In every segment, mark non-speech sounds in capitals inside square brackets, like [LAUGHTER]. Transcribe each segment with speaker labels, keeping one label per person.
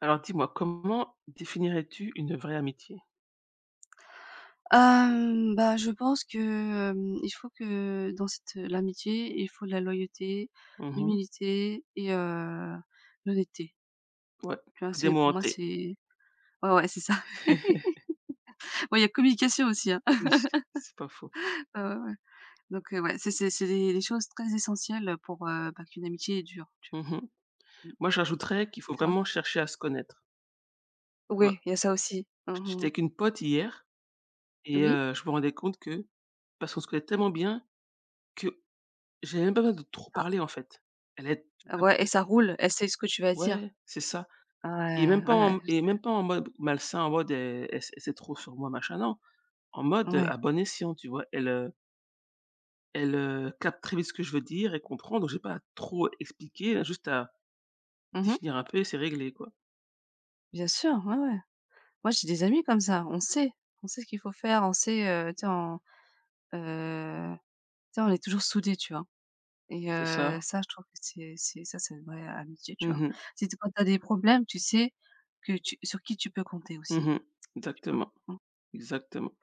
Speaker 1: Alors dis-moi, comment définirais-tu une vraie amitié?
Speaker 2: Bah, je pense que, il faut que dans cette l'amitié, il faut la loyauté,
Speaker 1: Mmh.
Speaker 2: l'humilité et l'honnêteté.
Speaker 1: Ouais,
Speaker 2: Tu vois?
Speaker 1: que des
Speaker 2: C'est
Speaker 1: mots
Speaker 2: pour moi,
Speaker 1: hantés.
Speaker 2: c'est ouais, ouais, c'est ça.
Speaker 1: [LAUGHS]
Speaker 2: [LAUGHS] Ouais, il y a communication aussi, hein.
Speaker 1: Oui, c'est pas faux.
Speaker 2: [LAUGHS] Ouais, ouais, ouais. Donc ouais, c'est des choses très essentielles pour, bah, qu'une amitié dure, tu vois?
Speaker 1: Mmh.
Speaker 2: Mmh.
Speaker 1: Moi, je rajouterais qu'il
Speaker 2: Et
Speaker 1: faut
Speaker 2: toi?
Speaker 1: vraiment chercher à se connaître, tu vois?
Speaker 2: Oui, il y a ça aussi.
Speaker 1: J'étais
Speaker 2: Mmh.
Speaker 1: avec une pote hier et
Speaker 2: Oui?
Speaker 1: je me rendais compte que parce qu'on se connaît tellement bien que j'avais même pas besoin de trop
Speaker 2: Ah,
Speaker 1: parler, en fait. Elle a tout
Speaker 2: ah ouais, et
Speaker 1: capté.
Speaker 2: ça roule, elle sait ce que tu vas dire.
Speaker 1: Ouais, c'est ça,
Speaker 2: Ouais,
Speaker 1: et
Speaker 2: ouais, ouais, je sais.
Speaker 1: même pas en mode malsain, en mode, elle sait elle sait trop sur moi, machin, non. En mode,
Speaker 2: Ouais.
Speaker 1: à bon escient, tu vois? Elle, capte très vite ce que je veux dire, et comprend, donc j'ai pas à trop expliquer, elle juste à
Speaker 2: Mmh.
Speaker 1: définir un peu et c'est réglé, quoi.
Speaker 2: Bien sûr, ouais, ouais. Moi, j'ai des amis comme ça, on sait ce qu'il faut faire, on sait, tu sais, heu, tu sais, on est toujours soudés, tu vois? Et
Speaker 1: C'est ça.
Speaker 2: ça, je trouve que c'est ça, c'est une vraie amitié,
Speaker 1: Mhm,
Speaker 2: tu vois?
Speaker 1: mhm.
Speaker 2: C'est quand t'as des problèmes, tu sais que tu sur qui tu peux compter aussi, tu vois?
Speaker 1: Exactement,
Speaker 2: Mmh,
Speaker 1: exactement.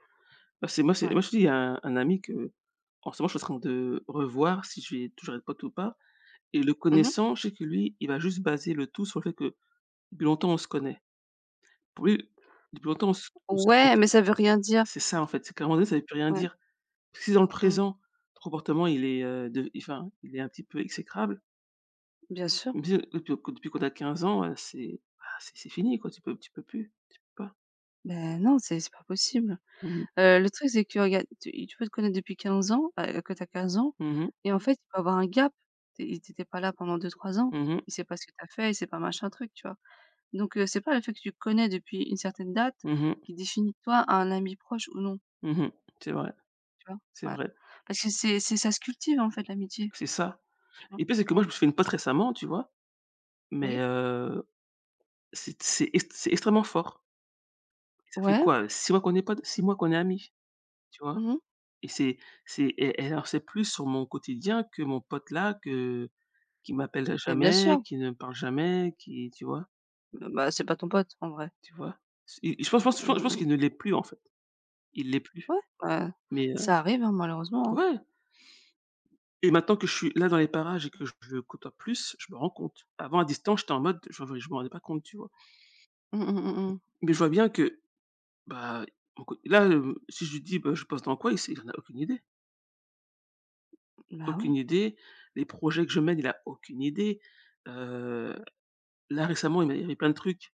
Speaker 1: Bah, c'est
Speaker 2: ouais.
Speaker 1: moi je te dis, il y a un ami que, en ce moment, je suis en train de revoir si je vais toujours être pote ou pas et le
Speaker 2: Mmh.
Speaker 1: connaissant, je sais que lui, il va juste baser le tout sur le fait que depuis longtemps on se connaît. Pour lui, depuis longtemps on se on se on
Speaker 2: Ouais,
Speaker 1: se
Speaker 2: mais ça veut rien dire.
Speaker 1: c'est ça, en fait, c'est qu'à un moment donné, ça ne veut plus rien
Speaker 2: Ouais.
Speaker 1: dire. Si dans le
Speaker 2: Mmh.
Speaker 1: présent, ton comportement il est, de enfin, il est un petit peu exécrable.
Speaker 2: Bien sûr.
Speaker 1: Bien, depuis qu'on a 15 ans, c'est bah, c'est fini quoi, tu peux plus, tu peux pas.
Speaker 2: Ben non, c'est pas possible.
Speaker 1: Mmh mh.
Speaker 2: Le truc, c'est que regarde, tu peux te connaître depuis 15 ans, que tu as 15 ans
Speaker 1: Mmh mh.
Speaker 2: et en fait, il peut avoir un gap. Tu étais pas là pendant deux trois ans.
Speaker 1: Mmh
Speaker 2: Il sait pas ce que tu as fait, il sait pas machin truc, tu vois? Donc c'est pas le fait que tu connais depuis une certaine date
Speaker 1: mh.
Speaker 2: qui définit de toi un ami proche ou non,
Speaker 1: Mmh mh. C'est vrai,
Speaker 2: tu vois?
Speaker 1: c'est
Speaker 2: Ouais.
Speaker 1: vrai,
Speaker 2: Parce que c'est ça se cultive, en fait, l'amitié,
Speaker 1: c'est ça.
Speaker 2: tu
Speaker 1: Et
Speaker 2: vois?
Speaker 1: le pire, c'est que moi,
Speaker 2: Mmh.
Speaker 1: je me suis fait une pote récemment, tu vois? Mais
Speaker 2: Oui?
Speaker 1: heu, c'est extrêmement fort. Ça fait
Speaker 2: Ouais.
Speaker 1: quoi, 6 mois qu'on est potes, 6 mois qu'on est amis, tu vois?
Speaker 2: Mmh mh.
Speaker 1: Et c'est elle en sait plus sur mon quotidien que mon pote là, que qui m'appelle
Speaker 2: Beh, bien sûr.
Speaker 1: jamais, qui ne me parle jamais, qui tu vois?
Speaker 2: Bah, c'est pas ton pote, en vrai.
Speaker 1: Tu vois? S et je pense je pense
Speaker 2: Mmh
Speaker 1: je
Speaker 2: mh,
Speaker 1: pense
Speaker 2: mmh.
Speaker 1: qu'il ne l'est plus en fait, il l'est plus,
Speaker 2: Ouais, bah,
Speaker 1: mais
Speaker 2: ça arrive, hein, malheureusement, hein.
Speaker 1: Ouais. Et maintenant que je suis là dans les parages et que je le côtoie plus, je me rends compte. Avant, à distance, j'étais en mode je me rendais pas compte, tu vois?
Speaker 2: Mmh mh, mmh mh.
Speaker 1: Mais je vois bien que, bah, mon co là, si je lui dis: «Bah, je bosse dans quoi?» Il en a aucune idée,
Speaker 2: Bah,
Speaker 1: aucune
Speaker 2: oui.
Speaker 1: idée. Les projets que je mène, il a aucune idée. Heu, Là, récemment, il m'a livré plein de trucs,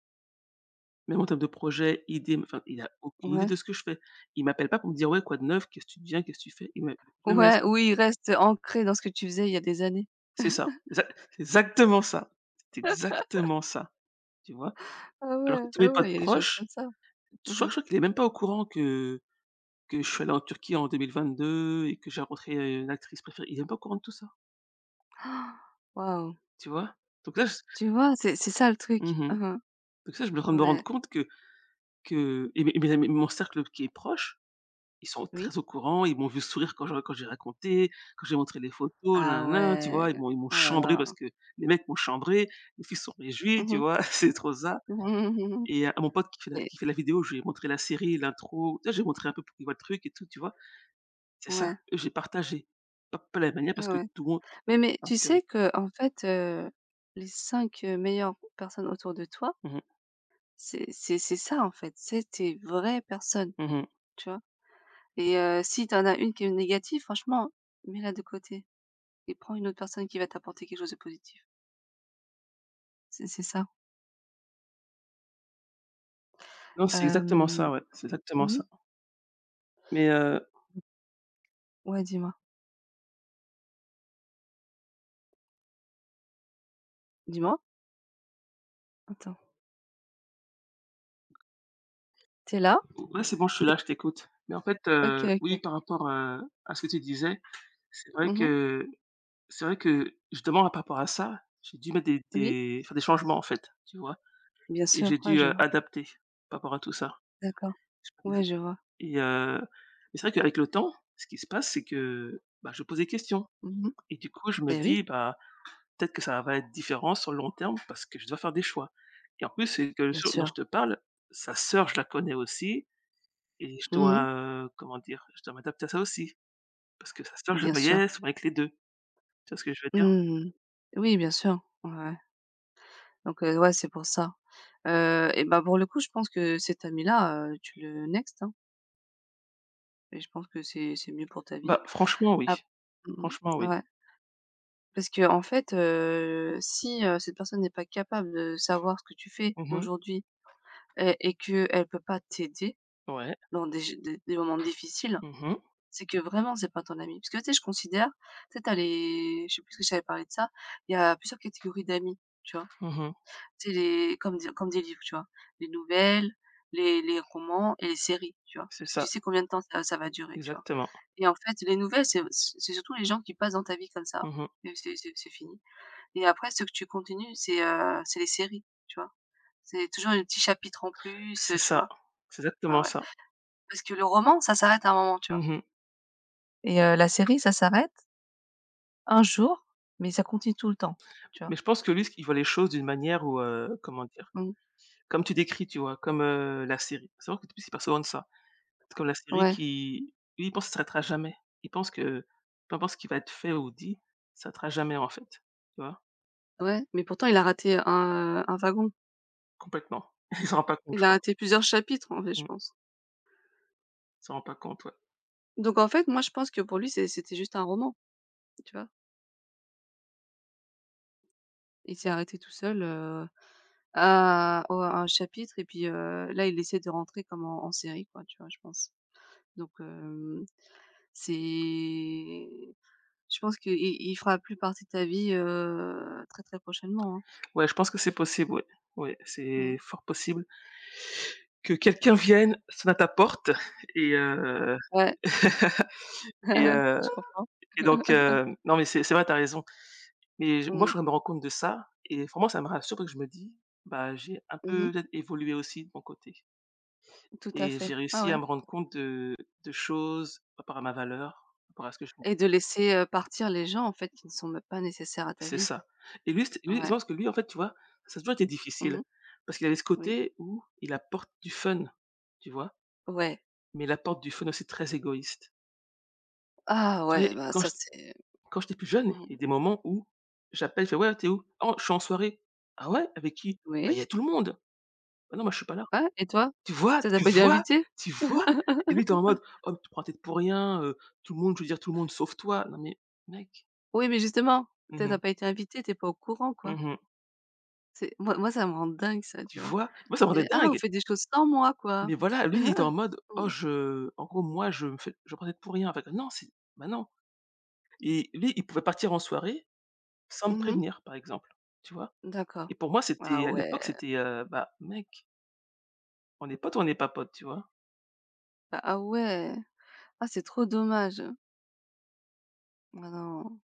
Speaker 1: même en termes de projets, idées, enfin, il a aucune idée
Speaker 2: Ouais.
Speaker 1: de ce que je fais. Il m'appelle pas pour me dire: «Ouais, quoi de neuf? Qu'est-ce que tu deviens? Qu'est-ce que tu fais?» il me jamais
Speaker 2: Ouais,
Speaker 1: ça.
Speaker 2: oui, il reste ancré dans ce que tu faisais il y a des années.
Speaker 1: C'est ça, exa c'est exactement ça, c'est exactement ça, tu vois?
Speaker 2: Ah
Speaker 1: Alors que
Speaker 2: ouais,
Speaker 1: tous mes
Speaker 2: ah ouais,
Speaker 1: potes
Speaker 2: il y a des choses comme
Speaker 1: proches,
Speaker 2: ça.
Speaker 1: je
Speaker 2: Mmh mh.
Speaker 1: crois qu'il est même pas au courant que je suis allé en Turquie en 2022 et que j'ai rencontré, une actrice préférée. Il est même pas au courant de tout ça,
Speaker 2: [GASPS] Waouh!
Speaker 1: tu vois? Donc là j
Speaker 2: Tu vois? C'est ça le truc.
Speaker 1: mmh
Speaker 2: Mmh mh.
Speaker 1: donc ça, je me rendre
Speaker 2: Ouais.
Speaker 1: compte que et mes amis mon cercle qui est proche, ils sont
Speaker 2: Oui?
Speaker 1: très au courant, ils m'ont vu sourire quand j'ai raconté, quand j'ai montré les photos,
Speaker 2: Ah
Speaker 1: nin nin tu
Speaker 2: ouais.
Speaker 1: vois? Ils m'ont
Speaker 2: Oh là
Speaker 1: chambré
Speaker 2: là.
Speaker 1: parce que les mecs m'ont chambré, les filles sont réjouies,
Speaker 2: Mmh
Speaker 1: tu
Speaker 2: mh. [LAUGHS]
Speaker 1: vois? [LAUGHS] C'est trop ça.
Speaker 2: Mmh mh, mmh
Speaker 1: Et à mon pote
Speaker 2: mmh et
Speaker 1: qui fait la vidéo, je lui ai montré la série, l'intro, tu vois? J'ai montré un peu pour qu'il voit le truc et tout, tu vois? C'est
Speaker 2: ouais,
Speaker 1: ça, j'ai partagé. Pas la même manière
Speaker 2: ouais,
Speaker 1: parce que
Speaker 2: ouais.
Speaker 1: tout le monde
Speaker 2: Mais
Speaker 1: ah
Speaker 2: tu
Speaker 1: purée.
Speaker 2: sais que en fait, les 5 meilleures personnes autour de toi,
Speaker 1: Mmh mh.
Speaker 2: c'est ça en fait, c'est tes vraies personnes,
Speaker 1: Mmh mh.
Speaker 2: tu vois? Et si t'en as une qui est négative, franchement, mets-la de côté et prends une autre personne qui va t'apporter quelque chose de positif. C'est ça.
Speaker 1: Non, c'est exactement
Speaker 2: Hem,
Speaker 1: ça, ouais, c'est exactement
Speaker 2: mmh.
Speaker 1: ça. Mais heu,
Speaker 2: Ouais, dis-moi. Dis-moi? Attends. T'es là?
Speaker 1: ouais, c'est bon, je suis là, je t'écoute. Mais en fait,
Speaker 2: OK,
Speaker 1: oui,
Speaker 2: OK.
Speaker 1: par rapport, à ce que tu disais, c'est vrai
Speaker 2: Mmh.
Speaker 1: que c'est vrai que justement, par rapport à ça, j'ai dû mettre
Speaker 2: Oui,
Speaker 1: des faire des changements, en fait, tu vois?
Speaker 2: bien
Speaker 1: Et
Speaker 2: sûr.
Speaker 1: j'ai
Speaker 2: Ouais,
Speaker 1: dû,
Speaker 2: je vois.
Speaker 1: adapter par rapport à tout ça.
Speaker 2: D'accord.
Speaker 1: [UNINTELLIGIBLE]
Speaker 2: Ouais, je vois.
Speaker 1: Mais c'est vrai qu'avec le temps, ce qui se passe, c'est que, bah, je pose des questions
Speaker 2: Mmh mh.
Speaker 1: et du coup, je me
Speaker 2: Oui,
Speaker 1: dis: «Bah, peut-être que ça va être différent sur le long terme parce que je dois faire des choix et en plus, c'est que le
Speaker 2: bien
Speaker 1: dont je
Speaker 2: sûr.
Speaker 1: te parle, sa sœur, je la connais aussi et je dois,
Speaker 2: Mmh.
Speaker 1: comment dire? Je dois m'adapter à ça aussi parce que sa sœur, je la
Speaker 2: Bien
Speaker 1: voyais
Speaker 2: sûr.
Speaker 1: souvent avec les 2. Tu vois ce que je veux dire?
Speaker 2: Mmh. Oui, bien sûr. Ouais, ouais. Donc ouais, c'est pour ça. Et ben pour le coup, je pense que cet ami-là, tu le next, hein, et je pense que c'est mieux pour ta vie.
Speaker 1: Bah, franchement,
Speaker 2: Ah.
Speaker 1: oui.
Speaker 2: Mmh.
Speaker 1: Franchement, oui.
Speaker 2: Ouais. Parce que en fait, si, cette personne n'est pas capable de savoir ce que tu fais
Speaker 1: Mmh mh.
Speaker 2: aujourd'hui et qu'elle peut pas t'aider
Speaker 1: Ouais.
Speaker 2: dans des moments difficiles,
Speaker 1: Mmh mh.
Speaker 2: c'est que vraiment c'est pas ton ami. Parce que tu sais, je considère, tu sais, tu les je sais plus si j'avais parlé de ça, il y a plusieurs catégories d'amis, tu vois?
Speaker 1: Mmh mh.
Speaker 2: C'est les comme des livres, tu vois? Les nouvelles, les romans et les séries, tu vois?
Speaker 1: C'est
Speaker 2: Parce que tu
Speaker 1: ça,
Speaker 2: sais combien de temps ça va durer, tu vois?
Speaker 1: exactement.
Speaker 2: Et en fait, les nouvelles, c'est surtout les gens qui passent dans ta vie comme ça
Speaker 1: Mmh mh.
Speaker 2: et c'est fini. Et après ce que tu continues, c'est les séries, tu vois? C'est toujours un petit chapitre en plus,
Speaker 1: C'est
Speaker 2: tu
Speaker 1: ça.
Speaker 2: vois?
Speaker 1: C'est
Speaker 2: Ouais,
Speaker 1: exactement
Speaker 2: ouais.
Speaker 1: ça.
Speaker 2: Parce que le roman, ça s'arrête à un moment, tu vois?
Speaker 1: Mmh mh.
Speaker 2: Et la série, ça s'arrête un jour, mais ça continue tout le temps, tu vois?
Speaker 1: Mais je pense que lui, il voit les choses d'une manière où, comment dire?
Speaker 2: Mmh.
Speaker 1: Comme tu décris, tu vois? Comme, la série. Il faut savoir que [UNINTELLIGIBLE] en plus, il parle souvent de ça. C'est comme la série
Speaker 2: Ouais,
Speaker 1: qui lui, il pense que ça s'arrêtera jamais. Il pense que peu importe ce qui va être fait ou dit, ça s'arrêtera jamais, en fait, tu vois?
Speaker 2: ouais, mais pourtant il a raté un, un. Wagon.
Speaker 1: Complètement. [LAUGHS] Il s'en rend pas compte, je
Speaker 2: Il a
Speaker 1: crois.
Speaker 2: raté plusieurs chapitres en fait, je
Speaker 1: Mmh.
Speaker 2: pense.
Speaker 1: Il s'en rend pas compte, ouais.
Speaker 2: Donc en fait, moi je pense que pour lui, c'était juste un roman, tu vois? Il s'est arrêté tout seul, à un chapitre et puis, là il essaie de rentrer comme en série quoi, tu vois? Je pense. Donc c'est je pense qu'il fera plus partie de ta vie, très, très prochainement, hein.
Speaker 1: Ouais, je pense que c'est possible, ouais. Ouais,
Speaker 2: Mmh.
Speaker 1: c'est fort possible que quelqu'un vienne, sonne à ta porte et
Speaker 2: Ouais.
Speaker 1: [LAUGHS] et
Speaker 2: [LAUGHS]
Speaker 1: heu
Speaker 2: Je comprends.
Speaker 1: et donc,
Speaker 2: [LAUGHS]
Speaker 1: non, mais c'est vrai, t'as raison. Mais j Moi,
Speaker 2: Mmh.
Speaker 1: je me rends compte de ça et franchement, ça me rassure parce que je me dis: «Bah, j'ai un peu
Speaker 2: Mmh.
Speaker 1: peut-être évolué aussi de mon côté».
Speaker 2: Tout à
Speaker 1: Et
Speaker 2: fait.
Speaker 1: j'ai
Speaker 2: Ah
Speaker 1: réussi
Speaker 2: ouais.
Speaker 1: à me rendre compte de choses par rapport à ma valeur, par rapport à ce que je
Speaker 2: Et de
Speaker 1: mérite.
Speaker 2: laisser, partir les gens, en fait, qui ne sont même pas nécessaires à ta
Speaker 1: C'est
Speaker 2: vie.
Speaker 1: ça. Et je
Speaker 2: Ouais.
Speaker 1: pense que lui, en fait, tu vois, ça a toujours été difficile
Speaker 2: Mmh.
Speaker 1: parce qu'il avait ce
Speaker 2: Oui.
Speaker 1: côté où il apporte du fun, tu vois?
Speaker 2: Ouais.
Speaker 1: Mais il apporte du fun aussi très égoïste.
Speaker 2: Ah
Speaker 1: Tu vois?
Speaker 2: ouais, bah, ça c'est
Speaker 1: Quand j'étais plus jeune,
Speaker 2: mmh.
Speaker 1: il y a des moments où j'appelle, je fais: «Ouais, t'es où?» «Oh, je suis en soirée». «Ah ouais? Avec qui?» «Bah,
Speaker 2: Oui.
Speaker 1: il y a tout le monde». «Bah non, moi, je suis pas là».
Speaker 2: Ouais et toi?
Speaker 1: Tu vois?
Speaker 2: Toi, tu
Speaker 1: Tu
Speaker 2: pas été
Speaker 1: vois?
Speaker 2: invité.
Speaker 1: Tu vois? Et lui, il était en mode:
Speaker 2: [LAUGHS]
Speaker 1: «Oh, mais tu prends la tête pour rien, tout le monde, je veux dire tout le monde sauf toi». Non mais mec.
Speaker 2: Oui, mais justement,
Speaker 1: Mmh
Speaker 2: toi, tu
Speaker 1: mh.
Speaker 2: pas été invité, t'es pas au courant, quoi.
Speaker 1: Mmh mh.
Speaker 2: C'est moi, moi, ça me rend dingue ça,
Speaker 1: Tu
Speaker 2: tu vois?
Speaker 1: vois? Moi, ça me rendait
Speaker 2: C'est: «Ah, on
Speaker 1: dingue.
Speaker 2: fait des choses sans moi, quoi».
Speaker 1: Mais voilà, lui, il était en
Speaker 2: [LAUGHS]
Speaker 1: mode: «Oh,
Speaker 2: Mmh.
Speaker 1: je en gros, moi, je me fais je prends pour rien». Enfin que non, c'est bah, non. Et lui, il pouvait partir en soirée sans me
Speaker 2: Mmh.
Speaker 1: prévenir, par exemple, tu vois?
Speaker 2: D'accord.
Speaker 1: Et pour moi,
Speaker 2: Ah ouais.
Speaker 1: c'était, bah, mec, on est potes ou on n'est pas potes, tu vois?
Speaker 2: Ah ouais! Ah, c'est trop dommage. Ah non.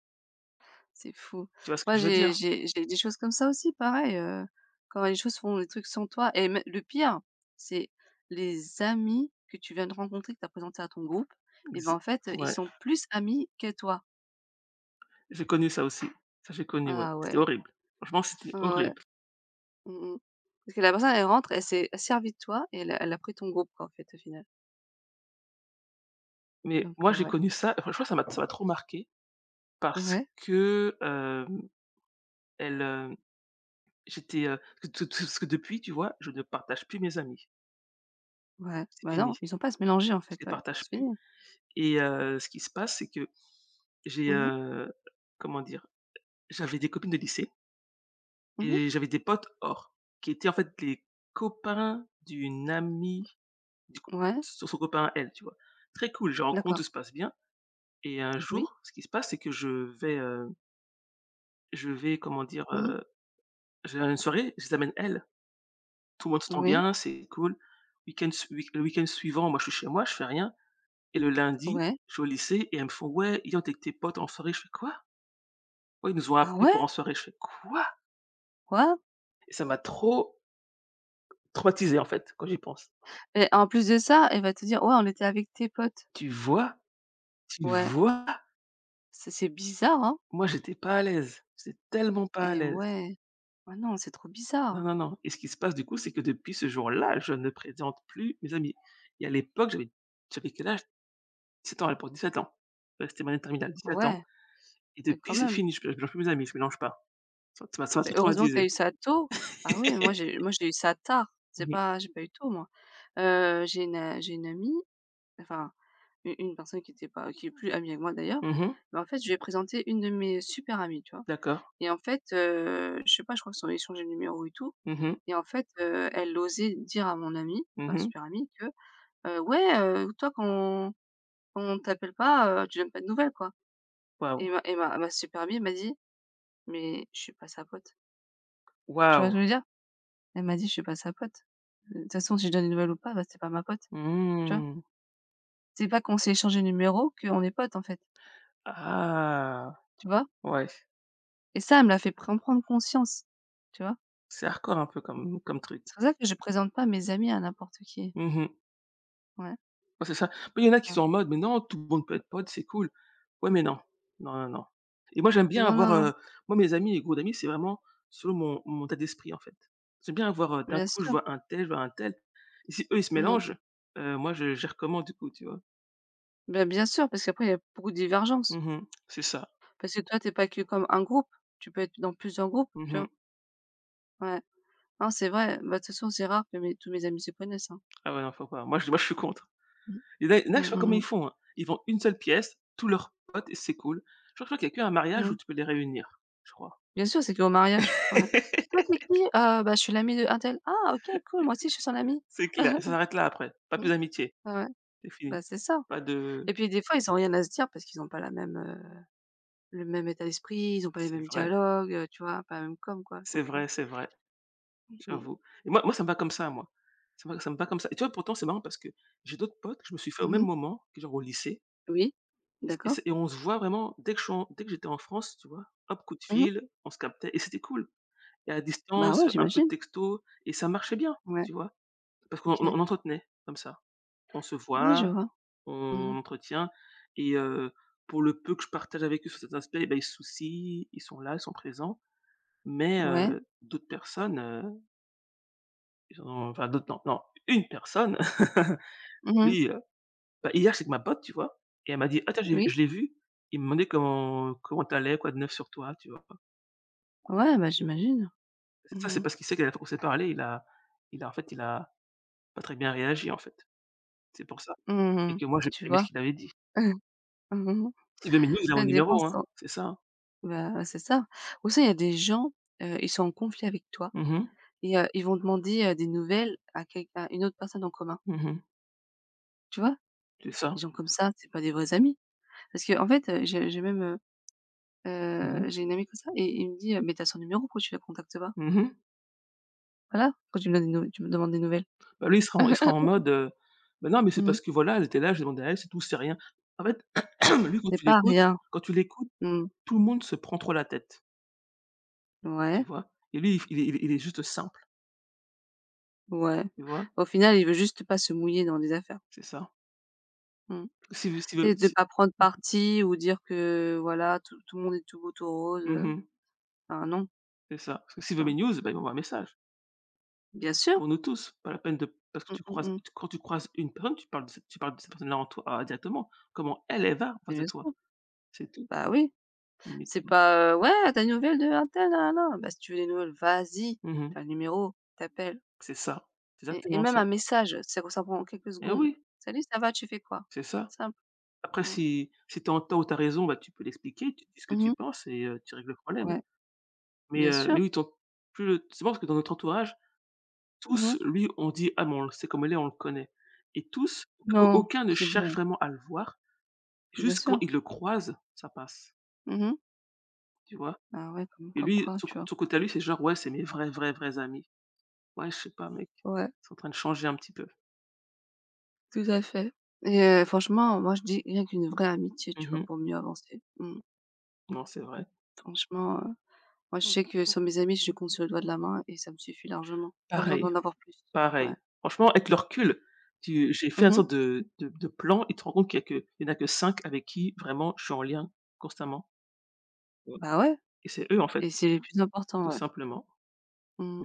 Speaker 2: C'est fou.
Speaker 1: Tu vois ce que
Speaker 2: Moi,
Speaker 1: je veux dire?
Speaker 2: j'ai des choses comme ça aussi, pareil, quand les choses font des trucs sans toi et mê le pire, c'est les amis que tu viens de rencontrer, que tu as présentés à ton groupe et ben,
Speaker 1: Exa
Speaker 2: en fait, ils
Speaker 1: Ouais,
Speaker 2: sont plus amis que toi.
Speaker 1: j'ai connu ça aussi. Ça, j'ai connu, ouais.
Speaker 2: Ah
Speaker 1: C'était
Speaker 2: ouais,
Speaker 1: horrible. Franchement, c'était
Speaker 2: ouais, ouais.
Speaker 1: horrible.
Speaker 2: Mmh mh. Parce que la personne, elle rentre, elle s'est servie de toi et elle a pris ton groupe, quoi, en fait, au final.
Speaker 1: Mais
Speaker 2: Donc
Speaker 1: moi, j'ai
Speaker 2: ouais.
Speaker 1: connu ça, franchement, ça m'a trop marquée parce
Speaker 2: Ouais,
Speaker 1: que, elle, J'étais, parce que depuis, tu vois, je ne partage plus mes amis.
Speaker 2: ouais.
Speaker 1: C'est
Speaker 2: Bah,
Speaker 1: fini,
Speaker 2: non, ils ont pas à se mélanger, en
Speaker 1: je
Speaker 2: fait,
Speaker 1: les
Speaker 2: ouais.
Speaker 1: partage
Speaker 2: C'est
Speaker 1: plus
Speaker 2: fini.
Speaker 1: et ce qui se passe, c'est que j'ai,
Speaker 2: Mmh mh.
Speaker 1: comment dire? J'avais des copines de lycée
Speaker 2: Mmh.
Speaker 1: et j'avais des potes hors, qui étaient en fait les copains d'une amie du coup
Speaker 2: Ouais,
Speaker 1: son copain à elle, tu vois? Très cool, je les rencontre, tout
Speaker 2: d'accord.
Speaker 1: se passe bien et un
Speaker 2: Oui.
Speaker 1: jour, ce qui se passe, c'est que je vais, comment dire?
Speaker 2: Mmh.
Speaker 1: Je une soirée, je les amène elles. Tout le monde s'entend
Speaker 2: Oui.
Speaker 1: bien, c'est cool. Week-end sui Le week-end suivant, moi, je suis chez moi, je fais rien. Et le lundi,
Speaker 2: Ouais.
Speaker 1: je suis au lycée et elles me font: «Ouais, hier on était avec tes potes en soirée». Je fais: «Quoi?» «Ouais, ils nous ont
Speaker 2: Ah
Speaker 1: appelés
Speaker 2: ouais?
Speaker 1: pour en soirée». Je fais: «Quoi?»
Speaker 2: Waouh!
Speaker 1: Et ça m'a trop traumatisé, en fait, quand j'y pense.
Speaker 2: Et en plus de ça, elle va te dire: «Ouais, on était avec tes potes».
Speaker 1: Tu vois? Tu
Speaker 2: Ouais,
Speaker 1: vois?
Speaker 2: c'est bizarre, hein?
Speaker 1: Moi, j'étais pas à l'aise. J'étais tellement pas à
Speaker 2: Et
Speaker 1: l'aise.
Speaker 2: ouais. Ah non, c'est trop
Speaker 1: Non,
Speaker 2: bizarre.
Speaker 1: non, non. Et ce qui se passe, du coup, c'est que depuis ce jour-là, je ne présente plus mes amis et à l'époque, j'avais quel âge? 17 ans pour l'époque, 17 ans. Ouais, c'était mon année de terminale, 17 ans
Speaker 2: Ouais,
Speaker 1: et
Speaker 2: et
Speaker 1: depuis,
Speaker 2: quand
Speaker 1: c'est
Speaker 2: même.
Speaker 1: fini, je mélange plus mes amis, je mélange pas. Ça m'a
Speaker 2: Mais
Speaker 1: trop
Speaker 2: heureusement que t'as
Speaker 1: traumatisé.
Speaker 2: eu ça tôt. Ah ouais, moi j'ai
Speaker 1: [LAUGHS]
Speaker 2: moi j'ai eu ça tard. C'est
Speaker 1: Mmh mh.
Speaker 2: pas j'ai pas eu tôt moi. J'ai une, j'ai une amie, enfin u une personne qui était pas qui est plus amie avec moi d'ailleurs,
Speaker 1: Mmh.
Speaker 2: mais en fait, je lui ai présenté une de mes super amies, tu vois?
Speaker 1: D'accord.
Speaker 2: Et en fait, je sais pas, je crois qu'ils ont échangés le numéro et tout.
Speaker 1: Mmh mh.
Speaker 2: Et en fait, elle osait dire à mon amie, ma
Speaker 1: Mmh.
Speaker 2: super amie que ouais, toi quand on t'appelle pas, tu donnes pas de nouvelles quoi
Speaker 1: Waouh,
Speaker 2: et ma super amie m'a dit: «Mais je suis pas sa pote». Tu vois ce
Speaker 1: waouh!
Speaker 2: que je veux dire? Elle m'a dit: «Je suis pas sa pote. De toute façon si je donne des nouvelles ou pas, bah, c'est pas ma pote». Tu vois?
Speaker 1: Mmh.
Speaker 2: C'est pas qu'on s'est échangé le numéro qu'on est potes en fait,
Speaker 1: Ah!
Speaker 2: tu vois?
Speaker 1: Ouais,
Speaker 2: Et ça, elle me l'a fait prendre conscience, tu vois?
Speaker 1: c'est hardcore un peu comme truc.
Speaker 2: C'est pour ça que je présente pas mes amis à n'importe qui.
Speaker 1: Mmh.
Speaker 2: Ouais,
Speaker 1: Ouais, c'est ça. Mais il y en a qui sont
Speaker 2: grave.
Speaker 1: en mode: «Mais non, tout le monde peut être pote, c'est cool». Ouais, mais non. Non, non, non. Et moi, j'aime bien
Speaker 2: Non, non,
Speaker 1: avoir,
Speaker 2: non,
Speaker 1: moi, mes amis, les groupes d'amis, c'est vraiment selon mon état d'esprit, en fait. J'aime bien avoir, d'un
Speaker 2: bien
Speaker 1: coup, je
Speaker 2: sûr.
Speaker 1: vois un tel, je vois un tel et si eux, ils se
Speaker 2: Mmh mh.
Speaker 1: mélangent, moi, je gère comment, du coup, tu vois?
Speaker 2: Bah, bien sûr parce qu'après il y a beaucoup de divergences.
Speaker 1: Mmh. C'est ça.
Speaker 2: Parce que toi t'es pas que comme un groupe, tu peux être dans plusieurs groupes, tu
Speaker 1: Mmh.
Speaker 2: vois? Ouais. Non, c'est vrai, bah, de toute façon, c'est rare que mes tous mes amis se connaissent, hein.
Speaker 1: Ah ouais, non, faut pas. Moi, je suis contre.
Speaker 2: Mmh.
Speaker 1: Il y en a,
Speaker 2: Mmh,
Speaker 1: je sais pas
Speaker 2: mmh,
Speaker 1: comment ils
Speaker 2: mmh.
Speaker 1: font, hein. Ils vont une seule pièce, tous leurs potes et c'est cool. Je crois qu'il y a qu'un mariage où
Speaker 2: Mmh.
Speaker 1: tu peux les réunir, je crois.
Speaker 2: Bien sûr, c'est qu'au mariage, ouais.
Speaker 1: [LAUGHS]
Speaker 2: «Toi, tu es qui?» Bah, je suis l'amie de untel». «Ah OK, cool, moi aussi je suis son amie».
Speaker 1: C'est clair, ça s'arrête là après, pas
Speaker 2: Mmh.
Speaker 1: plus d'amitié,
Speaker 2: Ouais, ouais,
Speaker 1: c'est fini.
Speaker 2: bah, c'est ça
Speaker 1: Pas de
Speaker 2: et puis des fois, ils ont rien à se dire parce qu'ils ont pas la même, le même état d'esprit, ils ont pas les
Speaker 1: C'est
Speaker 2: mêmes
Speaker 1: vrai,
Speaker 2: dialogues, tu vois? Pas la même com quoi,
Speaker 1: c'est
Speaker 2: donc
Speaker 1: vrai, c'est vrai,
Speaker 2: mmh.
Speaker 1: j'avoue et moi ça me va comme ça moi. Ça me va comme ça et tu vois pourtant c'est marrant parce que j'ai d'autres potes que je me suis fait au même
Speaker 2: Mmh.
Speaker 1: moment, que genre au lycée
Speaker 2: Oui,
Speaker 1: et c'est et
Speaker 2: d'accord.
Speaker 1: c'est et on se voit vraiment dès que j'étais en France, tu vois? Hop, coup de
Speaker 2: Mmh.
Speaker 1: fil, on se captait et c'était cool et à
Speaker 2: Bah,
Speaker 1: distance,
Speaker 2: ouais,
Speaker 1: un peu de
Speaker 2: j'imagine.
Speaker 1: texto et ça marchait bien,
Speaker 2: Ouais,
Speaker 1: tu vois? Parce qu'on
Speaker 2: OK.
Speaker 1: on entretenait comme ça. On se
Speaker 2: Ouais, je
Speaker 1: voit,
Speaker 2: vois.
Speaker 1: on
Speaker 2: Mmh.
Speaker 1: entretient et pour le peu que je partage avec eux sur cet aspect, bah, ils se soucient, ils sont là, ils sont présents. Mais
Speaker 2: Ouais.
Speaker 1: d'autres personnes, ils ont enfin d'autres, non, non, une personne, [LAUGHS]
Speaker 2: Mmh.
Speaker 1: lui, bah, hier, c'est avec ma pote, tu vois? Et elle m'a dit: «Ah tiens, j'ai
Speaker 2: Oui.
Speaker 1: je l'ai vu, il me demandait comment t'allais, quoi de neuf sur toi?» tu vois?
Speaker 2: Ouais, bah, j'imagine.
Speaker 1: Ça, c'est
Speaker 2: Mmh mh.
Speaker 1: parce qu'il sait que la dernière fois qu'on s'est parlé, il a pas très bien réagi, en fait. C'est pour ça et
Speaker 2: Mmh.
Speaker 1: que moi, j'ai pas
Speaker 2: Tu
Speaker 1: aimé ce
Speaker 2: vois?
Speaker 1: qu'il avait dit.
Speaker 2: [LAUGHS] [LAUGHS] Mmh mh.
Speaker 1: Steve McNew, il a mon
Speaker 2: Ça dépend
Speaker 1: numéro, hein,
Speaker 2: sans
Speaker 1: c'est ça, hein?
Speaker 2: bah, c'est ça. Ou sinon il y a des gens, ils sont en conflit avec toi
Speaker 1: Mmh mh.
Speaker 2: et ils vont demander, des nouvelles à une autre personne en commun,
Speaker 1: Mmh mh.
Speaker 2: tu vois?
Speaker 1: C'est
Speaker 2: Des
Speaker 1: ça.
Speaker 2: gens comme ça, c'est pas des vrais amis. Parce qu'en fait, j'ai même,
Speaker 1: Mmh mh.
Speaker 2: j'ai une amie comme ça et il me dit: mais tu as son numéro, pourquoi tu la contactes pas?»
Speaker 1: Mmh mh.
Speaker 2: «Voilà, quand tu me donnes des nou tu me demandes des nouvelles».
Speaker 1: Bah, lui, il sera en
Speaker 2: [LAUGHS]
Speaker 1: mode: «Bah, non, mais c'est
Speaker 2: Mmh.
Speaker 1: parce que voilà, elle était là, j'ai demandé à elle, c'est tout, c'est rien». En fait, [CLEARS THROAT] lui,
Speaker 2: C'est pas rien.
Speaker 1: quand tu l'écoutes,
Speaker 2: Mmh.
Speaker 1: tout le monde se prend trop la tête, tu
Speaker 2: Ouais,
Speaker 1: vois? Et lui, il f il est il est il est juste simple,
Speaker 2: ouais.
Speaker 1: tu vois?
Speaker 2: Au final, il veut juste pas se mouiller dans des affaires.
Speaker 1: C'est ça.
Speaker 2: Mmh.
Speaker 1: Steve
Speaker 2: Tu
Speaker 1: Steve
Speaker 2: sais, de
Speaker 1: Si
Speaker 2: pas prendre parti ou dire que voilà, tout tout le monde est tout beau, tout rose,
Speaker 1: mmh mh,
Speaker 2: enfin non,
Speaker 1: c'est ça. Parce que s'il veut mes
Speaker 2: enfin,
Speaker 1: news, bah, il m'envoie un message,
Speaker 2: bien sûr.
Speaker 1: pour nous tous, pas la peine de parce que
Speaker 2: Mmh,
Speaker 1: tu
Speaker 2: mmh
Speaker 1: croises
Speaker 2: mh.
Speaker 1: tu quand tu croises une personne, tu parles de cette personne-là en toi, ah, directement, comment elle, elle va en
Speaker 2: Mais
Speaker 1: face de
Speaker 2: bien
Speaker 1: toi,
Speaker 2: sûr,
Speaker 1: c'est tout.
Speaker 2: bah oui.
Speaker 1: Mais
Speaker 2: C'est pas: «Ouais, tu as des nouvelles de untel, nanana?» bah, si tu veux des nouvelles, vas-y,
Speaker 1: Mhm.
Speaker 2: t'as le numéro, t'appelles
Speaker 1: C'est ça, c'est
Speaker 2: et
Speaker 1: exactement
Speaker 2: même
Speaker 1: ça.
Speaker 2: un message, ça prend quelques
Speaker 1: Eh
Speaker 2: secondes.
Speaker 1: oui,
Speaker 2: «Salut, ça va? Tu fais quoi?»
Speaker 1: c'est ça.
Speaker 2: Simple.
Speaker 1: Après
Speaker 2: Mmh.
Speaker 1: si si tu as tort ou tu as raison, bah, tu peux l'expliquer, tu dis ce que tu
Speaker 2: Mmh.
Speaker 1: penses et tu règles le problème.
Speaker 2: Ouais,
Speaker 1: Mais
Speaker 2: bien
Speaker 1: heu, mais
Speaker 2: sûr.
Speaker 1: oui, ton plus le c'est marrant parce que dans notre entourage,
Speaker 2: Mmh.
Speaker 1: tous, lui, on dit: «Ah mais on le sait comme elle est, on le connaît» et tous, au
Speaker 2: Non,
Speaker 1: aucun ne
Speaker 2: c'est
Speaker 1: cherche
Speaker 2: bon,
Speaker 1: vraiment à le voir,
Speaker 2: bien
Speaker 1: juste quand
Speaker 2: sûr.
Speaker 1: ils le croisent, ça passe,
Speaker 2: Mmh mh.
Speaker 1: tu vois?
Speaker 2: Bah ouais, comme
Speaker 1: Et
Speaker 2: comme
Speaker 1: lui,
Speaker 2: quoi,
Speaker 1: son
Speaker 2: tu vois?
Speaker 1: son côté à lui, c'est genre: «Ouais, c'est mes vrais, vrais, vrais amis». Ouais, je sais pas mec,
Speaker 2: Ouais.
Speaker 1: c'est en train de changer un petit peu.
Speaker 2: Tout à fait et franchement, moi je dis rien qu'une vraie amitié, tu vois?
Speaker 1: Mhm.
Speaker 2: Pour mieux avancer. Mmh.
Speaker 1: Non, c'est vrai.
Speaker 2: Franchement, moi je sais que sur mes amis, je compte sur le doigt de la main et ça me suffit largement. Pas besoin
Speaker 1: Pareil.
Speaker 2: d'en avoir plus. Ouais.
Speaker 1: Pareil. Franchement, avec le recul, tu j'ai fait une
Speaker 2: Mmh.
Speaker 1: sorte de plan et tu te rends compte qu'il y a que il y en a que 5 avec qui vraiment je suis en lien constamment, tu
Speaker 2: Bah ouais
Speaker 1: et c'est eux, en fait,
Speaker 2: et c'est le plus important,
Speaker 1: tout
Speaker 2: ouais.
Speaker 1: simplement.
Speaker 2: Mmh.